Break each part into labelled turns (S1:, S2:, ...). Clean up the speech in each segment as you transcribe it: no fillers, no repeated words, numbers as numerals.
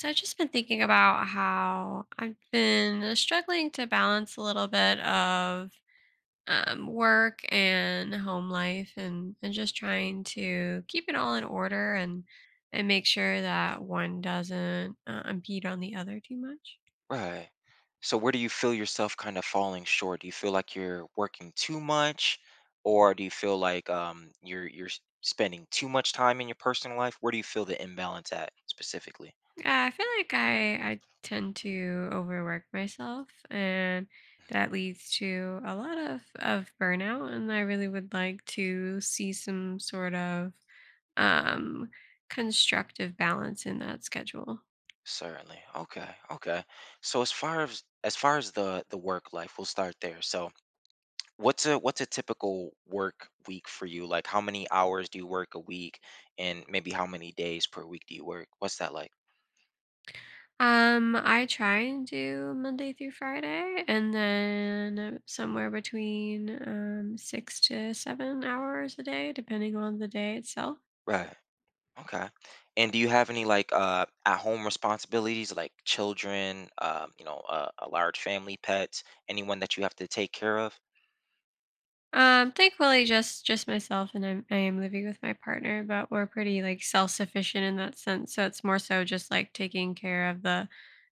S1: So I've just been thinking about how I've been struggling to balance a little bit of work and home life, and just trying to keep it all in order and make sure that one doesn't impede on the other too much.
S2: Right. So where do you feel yourself kind of falling short? Do you feel like you're working too much, or do you feel like you're spending too much time in your personal life? Where do you feel the imbalance at specifically?
S1: Yeah, I feel like I tend to overwork myself, and that leads to a lot of burnout, and I really would like to see some sort of um constructive balance in that schedule.
S2: Certainly. Okay. Okay. So as far as the work life, we'll start there. So what's a typical work week for you? Like how many hours do you work a week, and maybe how many days per week do you work? What's that like?
S1: I try and do Monday through Friday, and
S2: Mm.
S1: then somewhere between 6 to 7 hours a day depending on the day itself.
S2: Right. Okay. And do you have any like at home responsibilities, like children, a large family, pets, anyone that you have to take care of?
S1: Thankfully, just myself, and I am living with my partner, but we're pretty like self sufficient in that sense. So it's more so just like taking care of the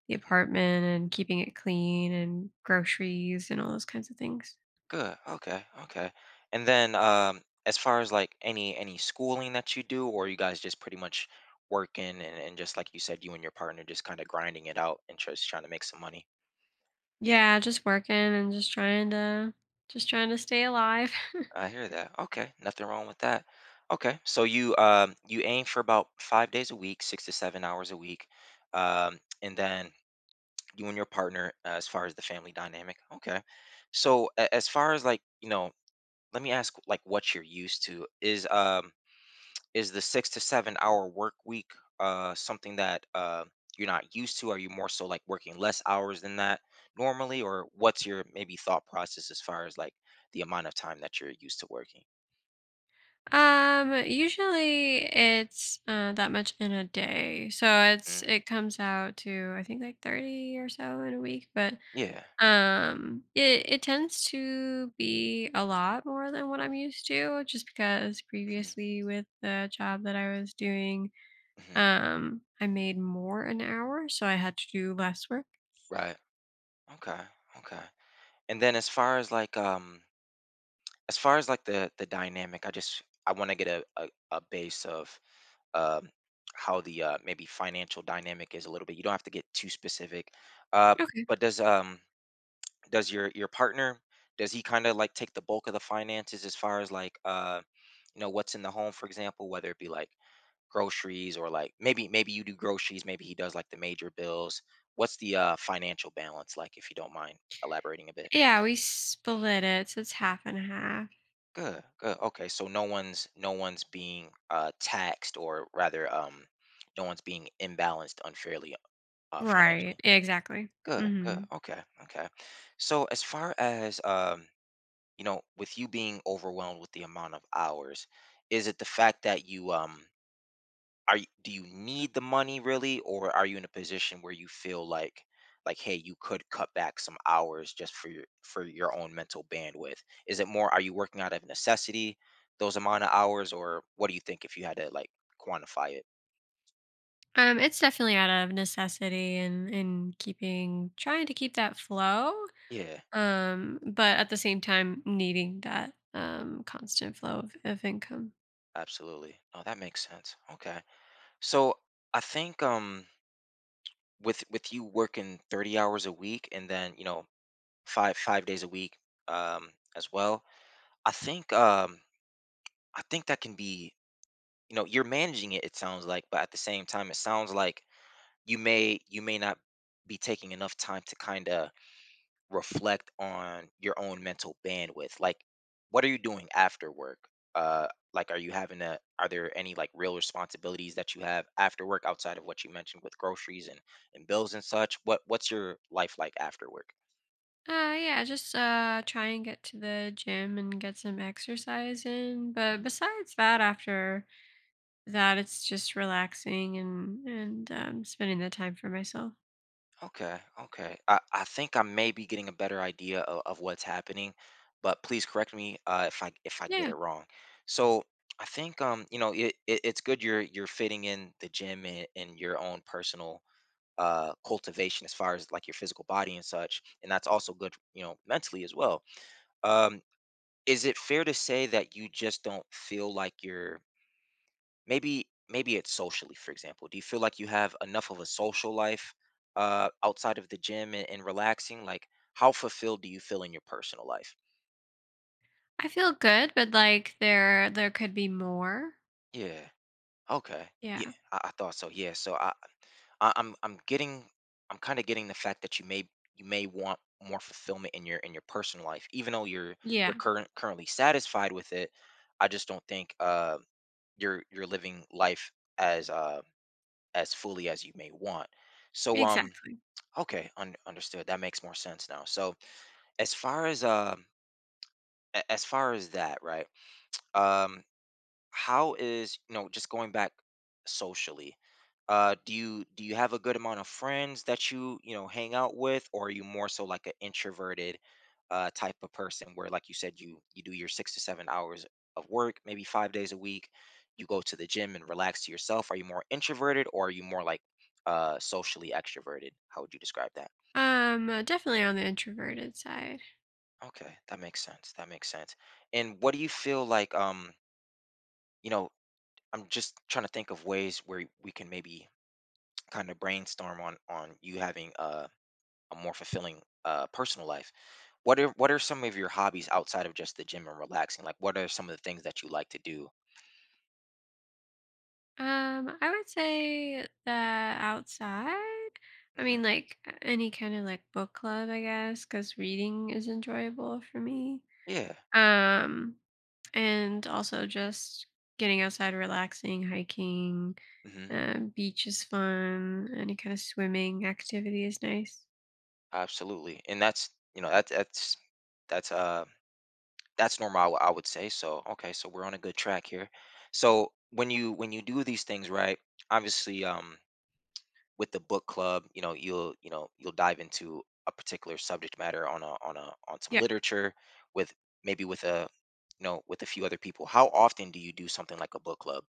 S1: the
S2: Mhm.
S1: apartment and keeping it clean and groceries and all those kinds of things.
S2: Good. Okay. Okay. And then as far as like any schooling that you do, or you guys just pretty much working, and just like you said, you and your partner just kind of grinding it out and just trying to make some money.
S1: Yeah, just working and just trying to stay alive.
S2: I hear that. Okay. Nothing wrong with that. Okay. So you aim for about 5 days a week, 6 to 7 hours a week. And then you and your partner, as far as the family dynamic, okay, so as far as like, you know, let me ask, like, what you're used to. Is is the 6 to 7 hour work week something that you're not used to? Are you more so like working less hours than that normally, or what's your maybe thought process as far as like the amount of time that you're used to working?
S1: Usually it's that much in a day, so it's
S2: Mm,
S1: it comes out to I think like 30 or so in a week. but
S2: yeah.
S1: Um, it it tends to be a lot more than what I'm used to, just because
S2: Mhm.
S1: previously with the job that I was doing,
S2: Mhm.
S1: I made more an hour, so I had to do less work.
S2: Right. Okay. Okay. And then as far as like, the dynamic, I want to get a base of, um how the, maybe financial dynamic is a little bit. You don't have to get too specific, uh
S1: Okay.
S2: but does, does your partner, does he kind of like take the bulk of the finances as far as like, you know, what's in the home, for example, whether it be like groceries, or like maybe, maybe you do groceries, maybe he does like the major bills. What's the financial balance like, if you don't mind elaborating a bit?
S1: Yeah, we split it, so it's half and half.
S2: Good, good. Okay, so no one's being taxed, or rather, no one's being imbalanced unfairly,
S1: Right.
S2: financially.
S1: Yeah, exactly.
S2: Good, good.
S1: hmm
S2: Okay, okay. So as far as, you know, with you being overwhelmed with the amount of hours, is it the fact that you, are you, do you need the money really, or are you in a position where you feel like, hey, you could cut back some hours just for your, for your own mental bandwidth? Is it more, are you working out of necessity those amount of hours, or what do you think, if you had to like quantify it?
S1: It's definitely out of necessity and keeping trying to keep that flow,
S2: Yeah,
S1: but at the same time needing that constant flow of income.
S2: absolutely. No, that makes sense. Okay. So I think, with you working 30 hours a week, and then, you know, five days a week, um as well. I think, I think that can be, you know, you're managing it, it sounds like, but at the same time, it sounds like you may, you may not be taking enough time to kind of reflect on your own mental bandwidth. Like, what are you doing after work? uh like, are you having a, are there any like real responsibilities that you have after work outside of what you mentioned, with groceries and bills and such? What's your life like after work?
S1: Yeah, just try and get to the gym and get some exercise in. But besides that, after that, it's just relaxing and spending the time for myself.
S2: Okay, okay. I think I may be getting a better idea of what's happening, but please correct me, if I, if I get it
S1: Yeah,
S2: wrong. So I think, you know, it it's good you're fitting in the gym, and your own personal cultivation, as far as like your physical body and such, and that's also good, you know, mentally as well. Um, is it fair to say that you just don't feel like you're, maybe, maybe it's socially, for example. Do you feel like you have enough of a social life outside of the gym and relaxing? Like, how fulfilled do you feel in your personal life?
S1: I feel good, but like there could be more.
S2: Yeah. Okay. Yeah,
S1: Yeah,
S2: I thought so. Yeah, so I'm getting, I'm kind of getting the fact that you may, you may want more fulfillment in your, in your personal life, even though you're
S1: yeah,
S2: you're currently satisfied with it. I just don't think, you're living life as, as fully as you may want. So,
S1: exactly.
S2: okay, understood. That makes more sense now. So, as far as, as far as that, right? Um, how is, you know, just going back socially? Do you, do you have a good amount of friends that you know, hang out with, or are you more so like an introverted type of person where, like you said, you do your 6 to 7 hours of work, maybe 5 days a week. You go to the gym and relax to yourself. Are you more introverted, or are you more like, socially extroverted? How would you describe that?
S1: Definitely on the introverted side.
S2: Okay, that makes sense. That makes sense. And what do you feel like, you know, I'm just trying to think of ways where we can maybe kind of brainstorm on you having a more fulfilling personal life. What are some of your hobbies outside of just the gym and relaxing? Like, what are some of the things that you like to do?
S1: I would say that outside. I
S2: Hmm.
S1: mean, like any kind of like book club, I guess, because reading is enjoyable for me.
S2: Yeah.
S1: Um, and also just getting outside, relaxing, hiking,
S2: Hmm.
S1: beach is fun. Any kind of swimming activity is nice.
S2: Absolutely. And that's, you know, that's, that's normal, I I would say. So, okay, so we're on a good track here. So, when you, when you do these things, right? Obviously, with the book club, you know, you'll, you know, you'll dive into a particular subject matter on a, on a, on some
S1: Yeah.
S2: literature, with, maybe with a, you know, with a few other people. How often do you do something like a book club?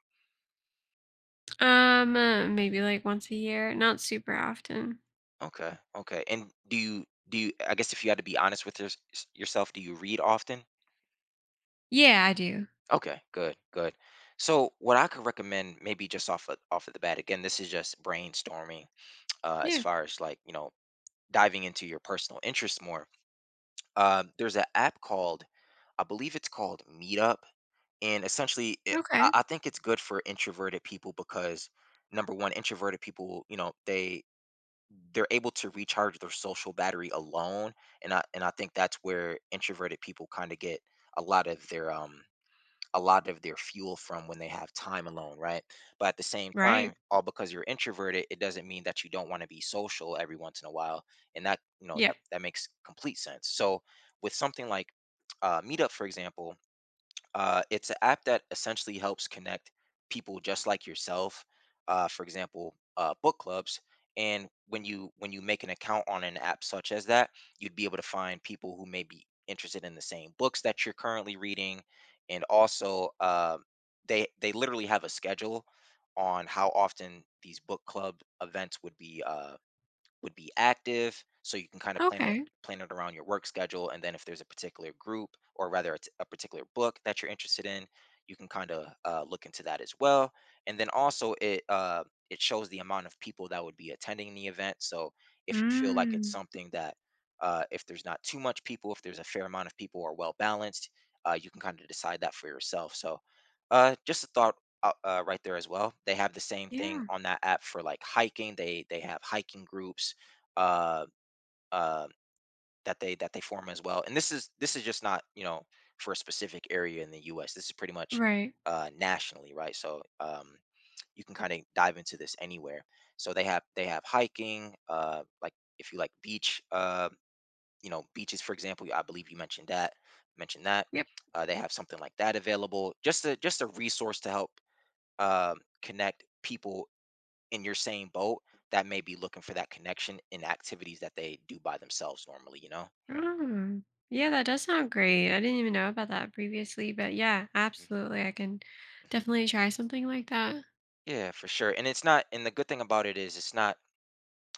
S1: Maybe like once a year, not super often.
S2: Okay, okay. And do you, do you? I guess if you had to be honest with your, yourself, do you read often?
S1: Yeah, I do.
S2: Okay, good, good. So what I could recommend, maybe just off of the bat, again, this is just brainstorming, as
S1: Yeah.
S2: far as like, you know, diving into your personal interests more. There's an app called, I believe it's called Meetup, and essentially, it,
S1: Okay.
S2: I think it's good for introverted people, because, number one, introverted people, you know, they, they're able to recharge their social battery alone, and I think that's where introverted people kind of get a lot of their, a lot of their fuel from, when they have time alone, right? But at the same time,
S1: Right.
S2: all because you're introverted, it doesn't mean that you don't want to be social every once in a while. And that, you know,
S1: Yeah.
S2: that, that makes complete sense. So, with something like, Meetup, for example, it's an app that essentially helps connect people just like yourself. For example, book clubs. And when you, when you make an account on an app such as that, you'd be able to find people who may be interested in the same books that you're currently reading, and also, they literally have a schedule on how often these book club events would be, would be active, so you can kind of plan it,
S1: Okay.
S2: plan it around your work schedule. And then, if there's a particular group, or rather, it's a particular book that you're interested in, you can kind of, look into that as well. And then also it, it shows the amount of people that would be attending the event, so if you feel like it's
S1: Mm.
S2: something that, if there's not too much people, if there's a fair amount of people, or well balanced, you can kind of decide that for yourself. So, just a thought, right there as well. They have the same thing
S1: Yeah.
S2: on that app for like hiking. They have hiking groups, uh, uh, that they, that they form as well. And this is, this is just not, you know, for a specific area in the U.S. This is pretty much,
S1: Right.
S2: nationally, right? So, you can kind of dive into this anywhere. So they have, they have hiking, like, if you like beach, you know, beaches, for example. I believe you mentioned that, mentioned that.
S1: Yep.
S2: They have something like that available. Just a, just a resource to help, connect people in your same boat, that may be looking for that connection in activities that they do by themselves normally, you know?
S1: Mm. Yeah, that does sound great. I didn't even know about that previously, but yeah, absolutely. I can
S2: Mm-hmm.
S1: definitely try something like that.
S2: Yeah, for sure. And it's not, and the good thing about it is, it's not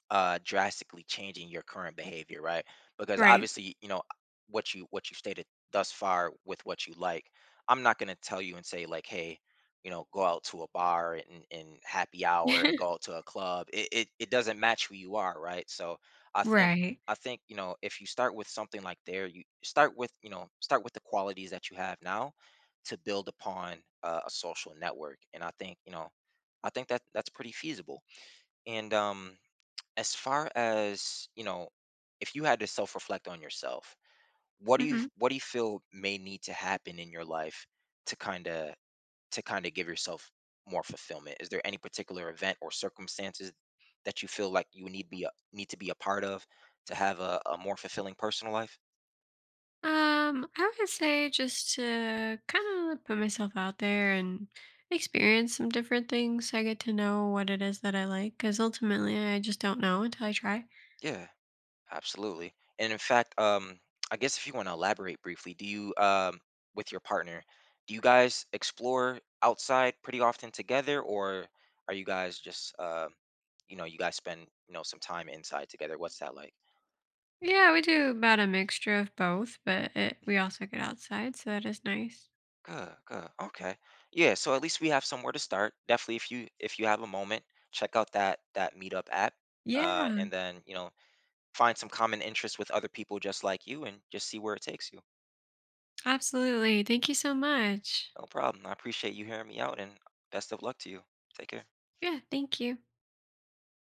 S2: drastically changing your current behavior, right? Because
S1: Right.
S2: obviously, you know, what you, what you stated thus far with what you like, I'm not going to tell you and say, like, hey, you know, go out to a bar and happy hour and go out to a club. It doesn't match who you are, right? So I think,
S1: Right.
S2: I think, you know, if you start with something like there, you start with, you know, start with the qualities that you have now to build upon, a social network. And I think, you know, I think that that's pretty feasible. And, as far as, you know, if you had to self-reflect on yourself, what do you,
S1: hmm
S2: what do you feel may need to happen in your life to kind of, to kind of give yourself more fulfillment? Is there any particular event or circumstances that you feel like you need be a, need to be a part of to have a more fulfilling personal life?
S1: I would say just to kind of put myself out there and experience some different things, I get to know what it is that I like, because ultimately I just don't know until I try.
S2: Yeah. Absolutely. And in fact, I guess if you want to elaborate briefly, do you, with your partner, do you guys explore outside pretty often together, or are you guys just, you know, you guys spend, you know, some time inside together? What's that like?
S1: Yeah, we do about a mixture of both, but we also get outside, so that is nice.
S2: Good, good. Okay. Yeah, so at least we have somewhere to start. Definitely, if you, if you have a moment, check out that, that Meetup app,
S1: Yeah,
S2: and then, you know, find some common interests with other people just like you, and just see where it takes you.
S1: absolutely. Thank you so much.
S2: No problem. I appreciate you hearing me out, and best of luck to you. Take care.
S1: Yeah, thank you.